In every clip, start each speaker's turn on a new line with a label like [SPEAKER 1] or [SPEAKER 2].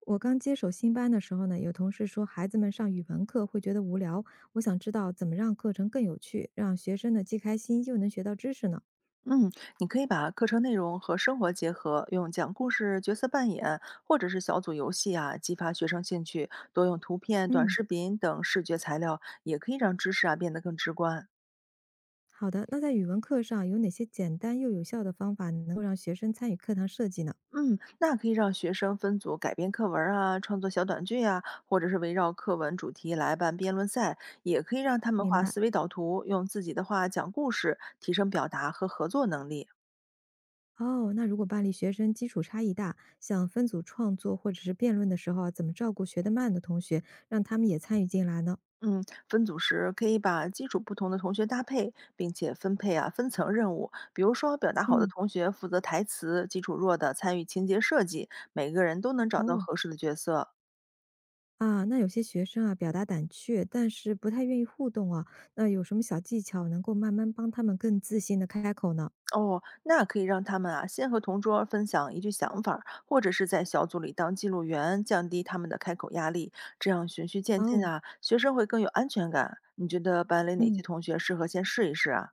[SPEAKER 1] 我刚接手新班的时候呢，有同事说孩子们上语文课会觉得无聊，我想知道怎么让课程更有趣，让学生呢既开心又能学到知识呢。
[SPEAKER 2] 嗯，你可以把课程内容和生活结合，用讲故事、角色扮演或者是小组游戏啊，激发学生兴趣。多用图片、短
[SPEAKER 1] 嗯，
[SPEAKER 2] 视频等视觉材料，也可以让知识啊变得更直观。
[SPEAKER 1] 好的。那在语文课上有哪些简单又有效的方法能够让学生参与课堂设计呢？
[SPEAKER 2] 嗯，那可以让学生分组改编课文儿啊，创作小短剧啊，或者是围绕课文主题来办辩论赛，也可以让他们
[SPEAKER 1] 明
[SPEAKER 2] 画
[SPEAKER 1] 白。
[SPEAKER 2] 思维导图，用自己的话讲故事，提升表达和合作能力。
[SPEAKER 1] 哦，那如果班里学生基础差异大，想分组创作或者是辩论的时候啊怎么照顾学得慢的同学，让他们也参与进来呢？
[SPEAKER 2] 嗯，分组时可以把基础不同的同学搭配，并且分配啊分层任务。比如说，表达好的
[SPEAKER 1] 嗯，
[SPEAKER 2] 同学负责台词，基础弱的参与情节设计，每个人都能找到
[SPEAKER 1] 哦。
[SPEAKER 2] 合适的角色。
[SPEAKER 1] 啊，那有些学生啊，表达胆怯，但是不太愿意互动啊，那有什么小技巧能够慢慢帮他们更自信的开口呢？
[SPEAKER 2] 哦，那可以让他们啊先和同桌分享一句想法儿或者是在小组里当记录员，降低他们的开口压力。这样循序渐进
[SPEAKER 1] 哦，
[SPEAKER 2] 啊，学生会更有安全感。你觉得班里哪些
[SPEAKER 1] 嗯
[SPEAKER 2] 同学适合先试一试啊？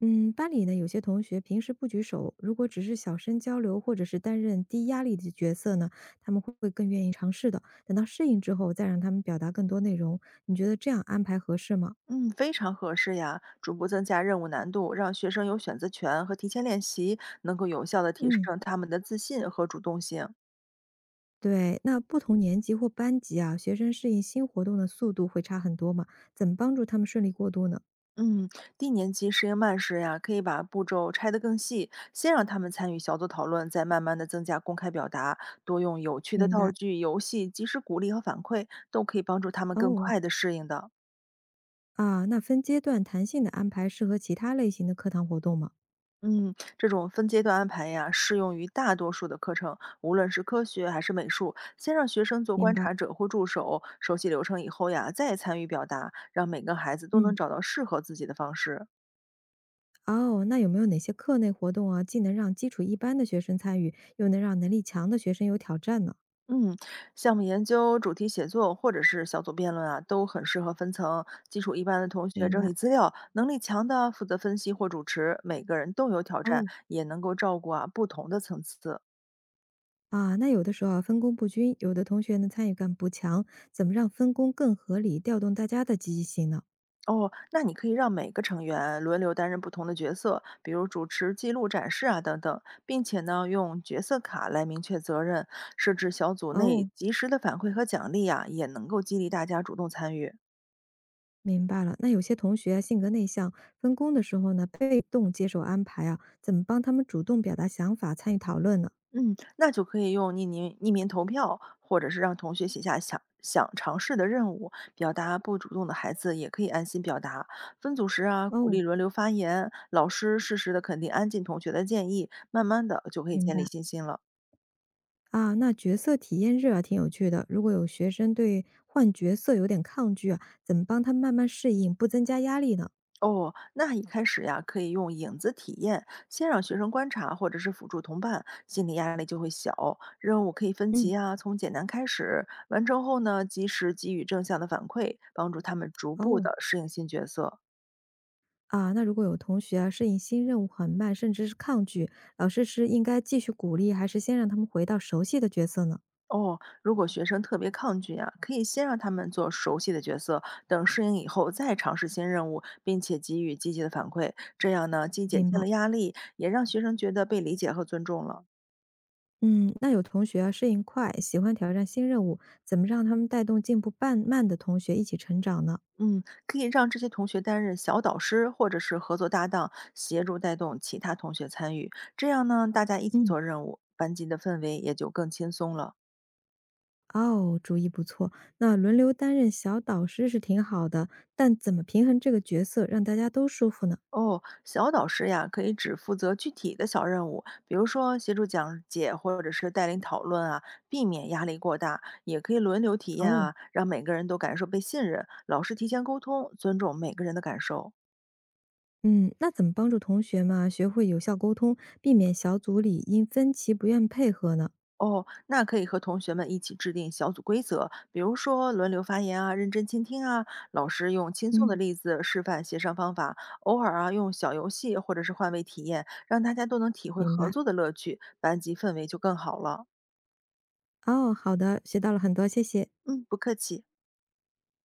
[SPEAKER 1] 嗯，班里呢有些同学平时不举手，如果只是小声交流，或者是担任低压力的角色呢，他们会更愿意尝试的。等到适应之后，再让他们表达更多内容，你觉得这样安排合适吗？
[SPEAKER 2] 嗯，非常合适呀！逐步增加任务难度，让学生有选择权和提前练习，能够有效的提
[SPEAKER 1] 嗯，
[SPEAKER 2] 升他们的自信和主动性。
[SPEAKER 1] 对，那不同年级或班级啊，学生适应新活动的速度会差很多嘛？怎么帮助他们顺利过渡呢？
[SPEAKER 2] 嗯，低年级适应慢时呀，可以把步骤拆得更细，先让他们参与小组讨论，再慢慢的增加公开表达，多用有趣的
[SPEAKER 1] 明
[SPEAKER 2] 道
[SPEAKER 1] 白
[SPEAKER 2] 具、游戏，及时鼓励和反馈，都可以帮助他们更
[SPEAKER 1] 哦。
[SPEAKER 2] 快的适应的。
[SPEAKER 1] 啊，那分阶段弹性的安排适合其他类型的课堂活动吗？
[SPEAKER 2] 嗯，这种分阶段安排呀，适用于大多数的课程，无论是科学还是美术。先让学生做
[SPEAKER 1] 明
[SPEAKER 2] 观
[SPEAKER 1] 白，
[SPEAKER 2] 察者或助手，熟悉流程以后呀，再参与表达，让每个孩子都能
[SPEAKER 1] 嗯，
[SPEAKER 2] 找到适合自己的方式。
[SPEAKER 1] 哦，那有没有哪些课内活动啊，既能让基础一般的学生参与，又能让能力强的学生有挑战呢？
[SPEAKER 2] 嗯，项目研究、主题写作或者是小组辩论啊，都很适合分层。基础一般的同学
[SPEAKER 1] 明
[SPEAKER 2] 整
[SPEAKER 1] 白，
[SPEAKER 2] 理资料，能力强的负责分析或主持，每个人都有挑战，
[SPEAKER 1] 哦，
[SPEAKER 2] 也能够照顾啊不同的层次。
[SPEAKER 1] 啊，那有的时候啊，分工不均，有的同学呢参与感不强，怎么让分工更合理，调动大家的积极性呢？
[SPEAKER 2] 哦，那你可以让每个成员轮流担任不同的角色，比如主持、记录、展示啊等等，并且呢，用角色卡来明确责任，设置小组内
[SPEAKER 1] 哦，
[SPEAKER 2] 及时的反馈和奖励啊，也能够激励大家主动参与。
[SPEAKER 1] 明白了，那有些同学啊性格内向，分工的时候呢被动接受安排啊，怎么帮他们主动表达想法，参与讨论呢？
[SPEAKER 2] 嗯，那就可以用匿名投票，或者是让同学写下想尝试的任务，表达不主动的孩子也可以安心表达。分组时啊，鼓
[SPEAKER 1] 哦，
[SPEAKER 2] 励轮流发言，老师适时的肯定安静同学的建议，慢慢的就可以
[SPEAKER 1] 明
[SPEAKER 2] 建
[SPEAKER 1] 白。
[SPEAKER 2] 立信心了。
[SPEAKER 1] 啊，那角色体验日啊，挺有趣的。如果有学生对换角色有点抗拒啊，怎么帮他慢慢适应，不增加压力呢？
[SPEAKER 2] 哦，那一开始呀，可以用影子体验，先让学生观察或者是辅助同伴，心理压力就会小。任务可以分
[SPEAKER 1] 嗯，
[SPEAKER 2] 级啊，从简单开始，完成后呢，及时给予正向的反馈，帮助他们逐步
[SPEAKER 1] 哦，
[SPEAKER 2] 的适应新角色。
[SPEAKER 1] 啊，那如果有同学啊适应新任务很慢，甚至是抗拒，老师是应该继续鼓励，还是先让他们回到熟悉的角色呢？
[SPEAKER 2] 哦，如果学生特别抗拒呀、可以先让他们做熟悉的角色，等适应以后再尝试新任务，并且给予积极的反馈。这样呢，既减
[SPEAKER 1] 明
[SPEAKER 2] 轻
[SPEAKER 1] 白。
[SPEAKER 2] 了压力，也让学生觉得被理解和尊重了。
[SPEAKER 1] 嗯，那有同学啊适应快，喜欢挑战新任务，怎么让他们带动进步慢慢的同学一起成长呢？
[SPEAKER 2] 嗯，可以让这些同学担任小导师或者是合作搭档，协助带动其他同学参与。这样呢，大家一起
[SPEAKER 1] 嗯。
[SPEAKER 2] 做任务，班级的氛围也就更轻松了。
[SPEAKER 1] 哦，主意不错。那轮流担任小导师是挺好的，但怎么平衡这个角色，让大家都舒服呢？
[SPEAKER 2] 哦，小导师呀，可以只负责具体的小任务，比如说协助讲解或者是带领讨论啊，避免压力过大。也可以轮流体验
[SPEAKER 1] 哦，
[SPEAKER 2] 啊，让每个人都感受被信任。老师提前沟通，尊重每个人的感受。
[SPEAKER 1] 嗯，那怎么帮助同学们啊学会有效沟通，避免小组里因分歧不愿配合呢？
[SPEAKER 2] 哦，那可以和同学们一起制定小组规则，比如说轮流发言啊，认真倾听啊，老师用轻松的
[SPEAKER 1] 嗯，
[SPEAKER 2] 例子示范协商方法，偶尔啊用小游戏或者是换位体验，让大家都能体会
[SPEAKER 1] 明
[SPEAKER 2] 合
[SPEAKER 1] 白。
[SPEAKER 2] 作的乐趣，班级氛围就更好了。
[SPEAKER 1] 哦，好的，学到了很多，谢谢。
[SPEAKER 2] 嗯，不客气。